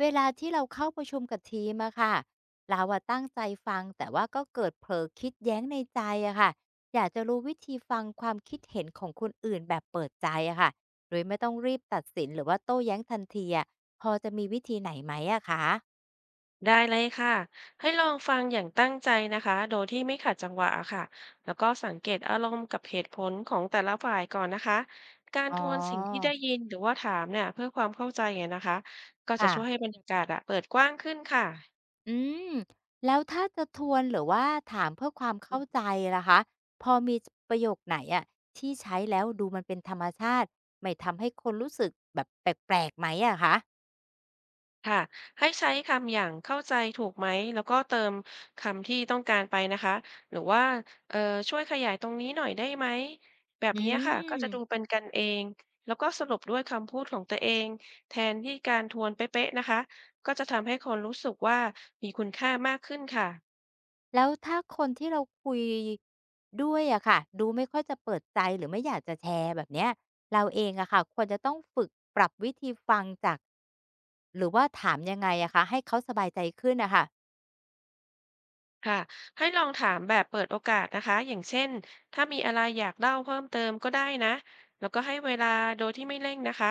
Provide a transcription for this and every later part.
เวลาที่เราเข้าประชุมกับทีมอะค่ะเราอะตั้งใจฟังแต่ว่าก็เกิดเผลอคิดแย้งในใจอะค่ะอยากจะรู้วิธีฟังความคิดเห็นของคนอื่นแบบเปิดใจอะค่ะโดยไม่ต้องรีบตัดสินหรือว่าโต้แย้งทันทีอะพอจะมีวิธีไหนไหมอะคะได้เลยค่ะ ให้ลองฟังอย่างตั้งใจนะคะ โดยที่ไม่ขัดจังหวะค่ะ แล้วก็สังเกตอารมณ์กับเหตุผลของแต่ละฝ่ายก่อนนะคะ การอ๋ทวนสิ่งที่อได้ยินหรือว่าถามเนี่ยเพื่อความเข้าใจเนี่ยนะคะ ก็จะค่ะช่วยให้บรรยากาศอะเปิดกว้างขึ้นค่ะ อืมแล้วถ้าจะทวนหรือว่าถามเพื่อความเข้าใจล่ะคะพอมีประโยคไหนอะที่ใช้แล้วดูมันเป็นธรรมชาติไม่ทำให้คนรู้สึกแบบแปลกๆไหมอะคะ ค่ะให้ใช้คำอย่างเข้าใจถูกไหมแล้วก็เติมคำที่ต้องการไปนะคะหรือว่าเอ่อช่วยขยายตรงนี้หน่อยได้ไหมแบบอืนี้ค่ะก็มจะดูเป็นกันเองแล้วก็สรุปด้วยคำพูดของตัวเองแทนที่การทวนเป๊ะๆนะคะก็จะทำให้คนรู้สึกว่ามีคุณค่ามากขึ้นค่ะ แล้วถ้าคนที่เราคุยด้วยอะค่ะดูไม่ค่อยจะเปิดใจหรือไม่อยากจะแชร์แบบเนี้ยเราเองอะค่ะควรจะต้องฝึกปรับวิธีฟังจากหรือว่าถามยังไงอะคะให้เขาสบายใจขึ้นอะค่ะค่ะให้ลองถามแบบเปิดโอกาสนะคะอย่างเช่นถ้ามีอะไรอยากเล่าเพิ่มเติมก็ได้นะแล้วก็ให้เวลาโดยที่ไม่เร่งนะคะ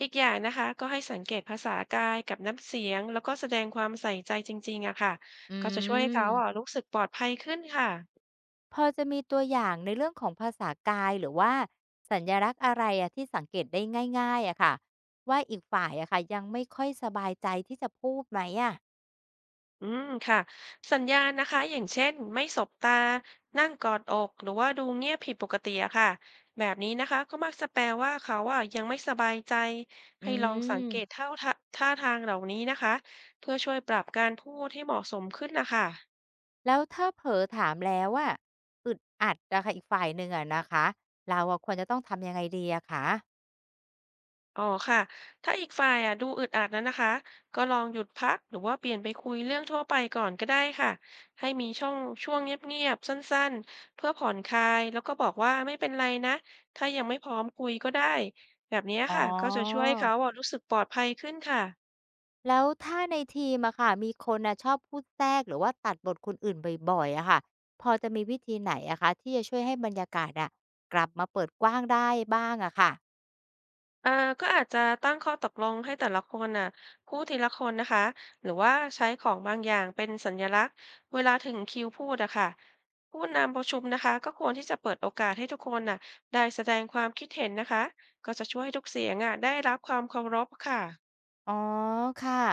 อีกอย่างนะคะก็ให้สังเกตภาษากายกับน้ำเสียงแล้วก็แสดงความใส่ใจจริงๆอะค่ะอืก็จะช่วยให้เขาอะมรู้สึกปลอดภัยขึ้นค่ะ พอจะมีตัวอย่างในเรื่องของภาษากายหรือว่าสัญลักษณ์อะไรอะที่สังเกตได้ง่ายๆอะค่ะว่าอีกฝ่ายอะค่ะยังไม่ค่อยสบายใจที่จะพูดไหมอะอืมค่ะสัญญาณนะคะอย่างเช่นไม่สบตานั่งกอดอกหรือว่าดูเงียบผิดปกติอะค่ะแบบนี้นะคะก็มักจะแปลว่าเขาอะยังไม่สบายใจอืให้ลองสังเกตม ท่าทางเหล่านี้นะคะเพื่อช่วยปรับการพูดให้เหมาะสมขึ้นนะคะ แล้วถ้าเผลอถามแล้วอะอึดอัดอะค่ะอีกฝ่ายหนึ่งอะนะคะเราอะควรจะต้องทำยังไงดีอะคะอ๋อค่ะ ถ้าอีกฝ่ายอ่ะดูอึดอัดนั้นนะคะ ก็ลองหยุดพักหรือว่าเปลี่ยนไปคุยเรื่องทั่วไปก่อนก็ได้ค่ะ ให้มีช่องช่วงเงียบๆสั้นๆเพื่อผ่อนคลายแล้วก็บอกว่าไม่เป็นไรนะ ถ้ายังไม่พร้อมคุยก็ได้แบบนี้อ๋ค่ะก็จะช่วอยให้เขาอ่ะรู้สึกปลอดภัยขึ้นค่ะ แล้วถ้าในทีมอะค่ะมีคนน่ะชอบพูดแทรกหรือว่าตัดบทคนอื่นบ่อยๆอะค่ะพอจะมีวิธีไหนอะคะที่จะช่วยให้บรรยากาศอะกลับมาเปิดกว้างได้บ้างอะค่ะ อ่าก็อาจจะตั้งข้อตกลงให้แต่ละคนน่ะพูดทีละคนนะคะหรือว่าใช้ของบางอย่างเป็นสัญลักษณ์เวลาถึงคิวพูดอะค่ะผู้นำประชุมนะคะก็ควรที่จะเปิดโอกาสให้ทุกคนน่ะได้แสดงความคิดเห็นนะคะก็จะช่วยให้ทุกเสียงอะได้รับความเคารพค่ะ อ๋อค่ะ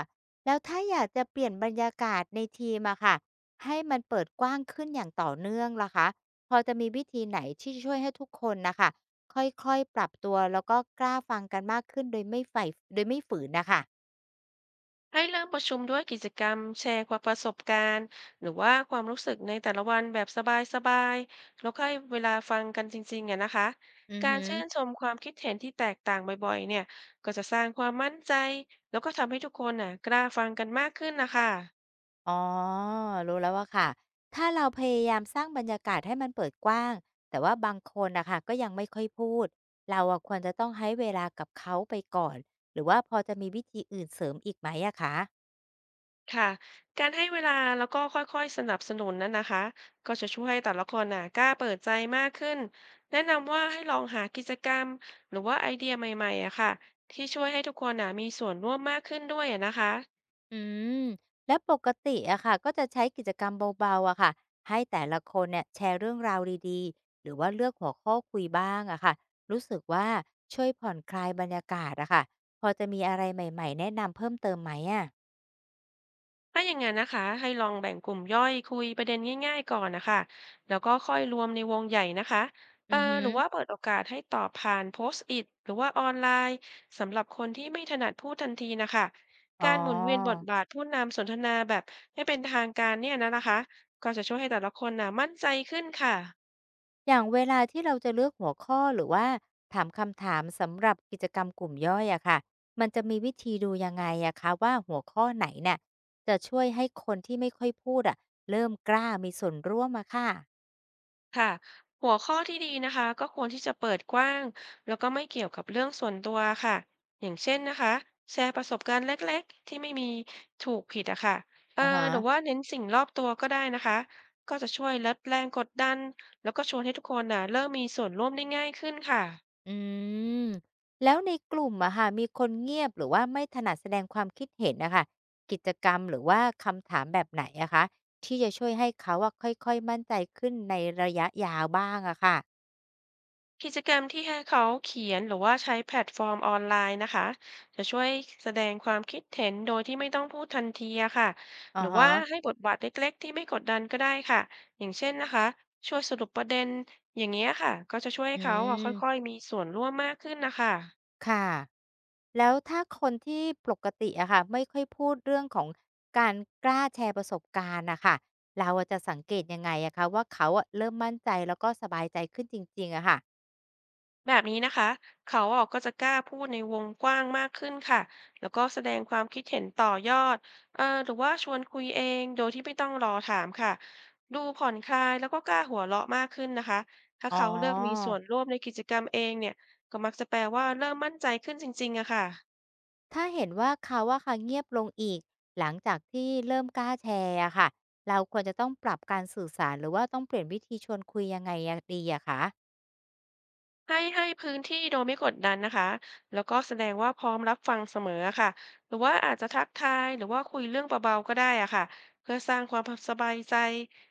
แล้วถ้าอยากจะเปลี่ยนบรรยากาศในทีมอะค่ะให้มันเปิดกว้างขึ้นอย่างต่อเนื่องล่ะคะพอจะมีวิธีไหนที่ช่วยให้ทุกคนนะคะค่อยๆปรับตัวแล้วก็กล้าฟังกันมากขึ้นโดยไม่ฝืนนะคะให้เริ่มประชุมด้วยกิจกรรมแชร์ความประสบการณ์หรือว่าความรู้สึกในแต่ละวันแบบสบายๆแล้วก็ให้เวลาฟังกันจริงๆอะนะคะอือการหือชื่นชมความคิดเห็นที่แตกต่างบ่อยๆเนี่ยก็จะสร้างความมั่นใจแล้วก็ทำให้ทุกคนน่ะกล้าฟังกันมากขึ้นนะคะ อ๋อรู้แล้วว่าค่ะถ้าเราพยายามสร้างบรรยากาศให้มันเปิดกว้างแต่ว่าบางคนนะคะก็ยังไม่ค่อยพูดเราอะควรจะต้องให้เวลากับเขาไปก่อนหรือว่าพอจะมีวิธีอื่นเสริมอีกไหมอะคะ ค่ะการให้เวลาแล้วก็ค่อยๆสนับสนุนนั้นนะคะก็จะช่วยให้แต่ละคนน่ะกล้าเปิดใจมากขึ้นแนะนำว่าให้ลองหากิจกรรมหรือว่าไอเดียใหม่ๆอะค่ะที่ช่วยให้ทุกคนน่ะมีส่วนร่วมมากขึ้นด้วยอะนะคะ อืมแล้วปกติอะค่ะก็จะใช้กิจกรรมเบาๆอะค่ะให้แต่ละคนเนี่ยแชร์เรื่องราวดีๆหรือว่าเลือกหัวข้อคุยบ้างอะค่ะรู้สึกว่าช่วยผ่อนคลายบรรยากาศอะค่ะพอจะมีอะไรใหม่ๆแนะนำเพิ่มเติมไหมอะถ้าอย่างนั้นนะคะให้ลองแบ่งกลุ่มย่อยคุยประเด็นง่ายๆก่อนนะคะแล้วก็ค่อยรวมในวงใหญ่นะคะเออืออฮอหรือว่าเปิดโอกาสให้ตอบผ่านโพสต์อิทหรือว่าออนไลน์สำหรับคนที่ไม่ถนัดพูดทันทีนะคะอ๋อ การหมุนเวียนบทบาทผู้นำสนทนาแบบให้เป็นทางการเนี่ยนะคะก็จะช่วยให้แต่ละคนนะมั่นใจขึ้นค่ะ อย่างเวลาที่เราจะเลือกหัวข้อหรือว่าถามคำถามสำหรับกิจกรรมกลุ่มย่อยอะค่ะมันจะมีวิธีดูยังไงอะคะว่าหัวข้อไหนเนี่ยจะช่วยให้คนที่ไม่ค่อยพูดอะเริ่มกล้ามีส่วนร่วมอะค่ะค่ะหัวข้อที่ดีนะคะก็ควรที่จะเปิดกว้างแล้วก็ไม่เกี่ยวกับเรื่องส่วนตัวค่ะอย่างเช่นนะคะแชร์ประสบการณ์เล็กๆที่ไม่มีถูกผิดอะค่ะเอ่อาอฮะหรือว่าเน้นสิ่งรอบตัวก็ได้นะคะก็จะช่วยลดแรงกดดันแล้วก็ชวนให้ทุกคนน่ะเริ่มมีส่วนร่วมได้ง่ายขึ้นค่ะ อืมแล้วในกลุ่มอะค่ะมีคนเงียบหรือว่าไม่ถนัดแสดงความคิดเห็นนะคะกิจกรรมหรือว่าคำถามแบบไหนอะคะที่จะช่วยให้เขาอะค่อยๆมั่นใจขึ้นในระยะยาวบ้างอะค่ะกิจกรรมที่ให้เขาเขียนหรือว่าใช้แพลตฟอร์มออนไลน์นะคะจะช่วยแสดงความคิดเห็นโดยที่ไม่ต้องพูดทันทีอะค่ะหอารือฮะว่าให้บทบาทเล็กๆที่ไม่กดดันก็ได้ค่ะอย่างเช่นนะคะช่วยสรุปประเด็นอย่างเงี้ยค่ะก็จะช่วยให้อืเขาอะค่อยม ๆมีส่วนร่วมมากขึ้นนะคะ ค่ะแล้วถ้าคนที่ปกติอะค่ะไม่ค่อยพูดเรื่องของการกล้าแชร์ประสบการณ์นะค่ะเราอะจะสังเกตยังไงอะคะว่าเขาอะเริ่มมั่นใจแล้วก็สบายใจขึ้นจริงๆอะค่ะแบบนี้นะคะเขาออกก็จะกล้าพูดในวงกว้างมากขึ้นค่ะแล้วก็แสดงความคิดเห็นต่อยอดหรือว่าชวนคุยเองโดยที่ไม่ต้องรอถามค่ะดูผ่อนคลายแล้วก็กล้าหัวเราะมากขึ้นนะคะถ้าอ๋เขาเลือกมีส่อวนร่วมในกิจกรรมเองเนี่ยก็มักจะแปลว่าเริ่มมั่นใจขึ้นจริงๆอะค่ะ ถ้าเห็นว่าเขาอะค่ะเงียบลงอีกหลังจากที่เริ่มกล้าแชร์อะค่ะเราควรจะต้องปรับการสื่อสารหรือว่าต้องเปลี่ยนวิธีชวนคุยยังไงอะดีอะคะ ให้พื้นที่โดยไม่กดดันนะคะ แล้วก็แสดงว่าพร้อมรับฟังเสมอค่ะ หรือว่าอาจจะทักทายหรือว่าคุยเรื่องเบาๆก็ได้อะค่ะเพื่อสร้างความสบายใจ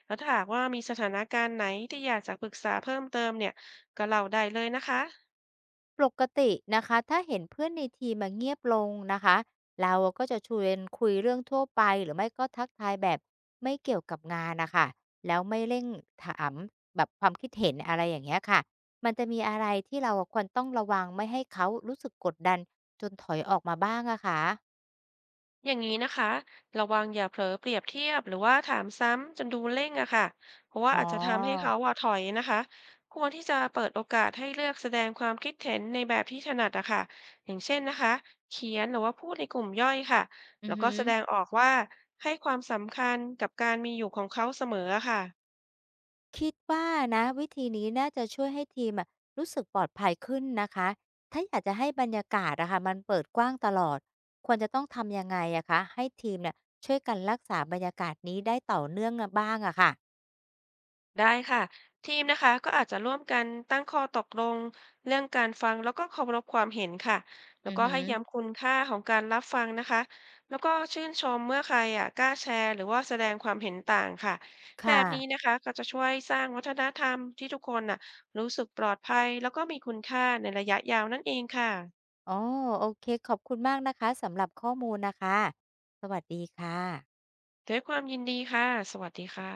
แล้วถ้าหากว่ามีสถานการณ์ไหนที่อยากจะปรึกษาเพิ่มเติมเนี่ย ก็เล่าได้เลยนะคะ ปกตินะคะถ้าเห็นเพื่อนในทีมมาเงียบลงนะคะเราก็จะชวนคุยเรื่องทั่วไปหรือไม่ก็ทักทายแบบไม่เกี่ยวกับงานนะคะแล้วไม่เร่งถามแบบความคิดเห็นอะไรอย่างเงี้ยค่ะมันจะมีอะไรที่เราควรต้องระวังไม่ให้เขารู้สึกกดดันจนถอยออกมาบ้างอะคะอย่างนี้นะคะระวังอย่าเผลอเปรียบเทียบหรือว่าถามซ้ำจนดูเร่งอะค่ะเพราะว่าอ๋อาจจะทำให้อเขาว่าถอยนะคะควรที่จะเปิดโอกาสให้เลือกแสดงความคิดเห็นในแบบที่ถนัดอะค่ะอย่างเช่นนะคะเขียนหรือว่าพูดในกลุ่มย่อยค่ะอืแล้อวก็หือ แสดงออกว่าให้ความสำคัญกับการมีอยู่ของเขาเสมออะค่ะ คิดว่านะวิธีนี้น่าจะช่วยให้ทีมอะรู้สึกปลอดภัยขึ้นนะคะถ้าอยากจะให้บรรยากาศอะค่ะมันเปิดกว้างตลอดควรจะต้องทำยังไงอะคะให้ทีมเนี่ยช่วยกันรักษาบรรยากาศนี้ได้ต่อเนื่องอะบ้างอะค่ะได้ค่ะทีมนะคะก็อาจจะร่วมกันตั้งข้อตกลงเรื่องการฟังแล้วก็เคารพความเห็นค่ะแล้วอือก็หืให้อย้ำคุณค่าของการรับฟังนะคะแล้วก็ชื่นชมเมื่อใครอ่ะกล้าแชร์หรือว่าแสดงความเห็นต่างค่ะแบค่ะบนี้นะคะก็จะช่วยสร้างวัฒนธรรมที่ทุกคนน่ะรู้สึกปลอดภัยแล้วก็มีคุณค่าในระยะยาวนั่นเองค่ะอ๋อโอเคขอบคุณมากนะคะสำหรับข้อมูลนะคะสวัสดีค่ะด้วยความยินดีค่ะสวัสดีค่ะ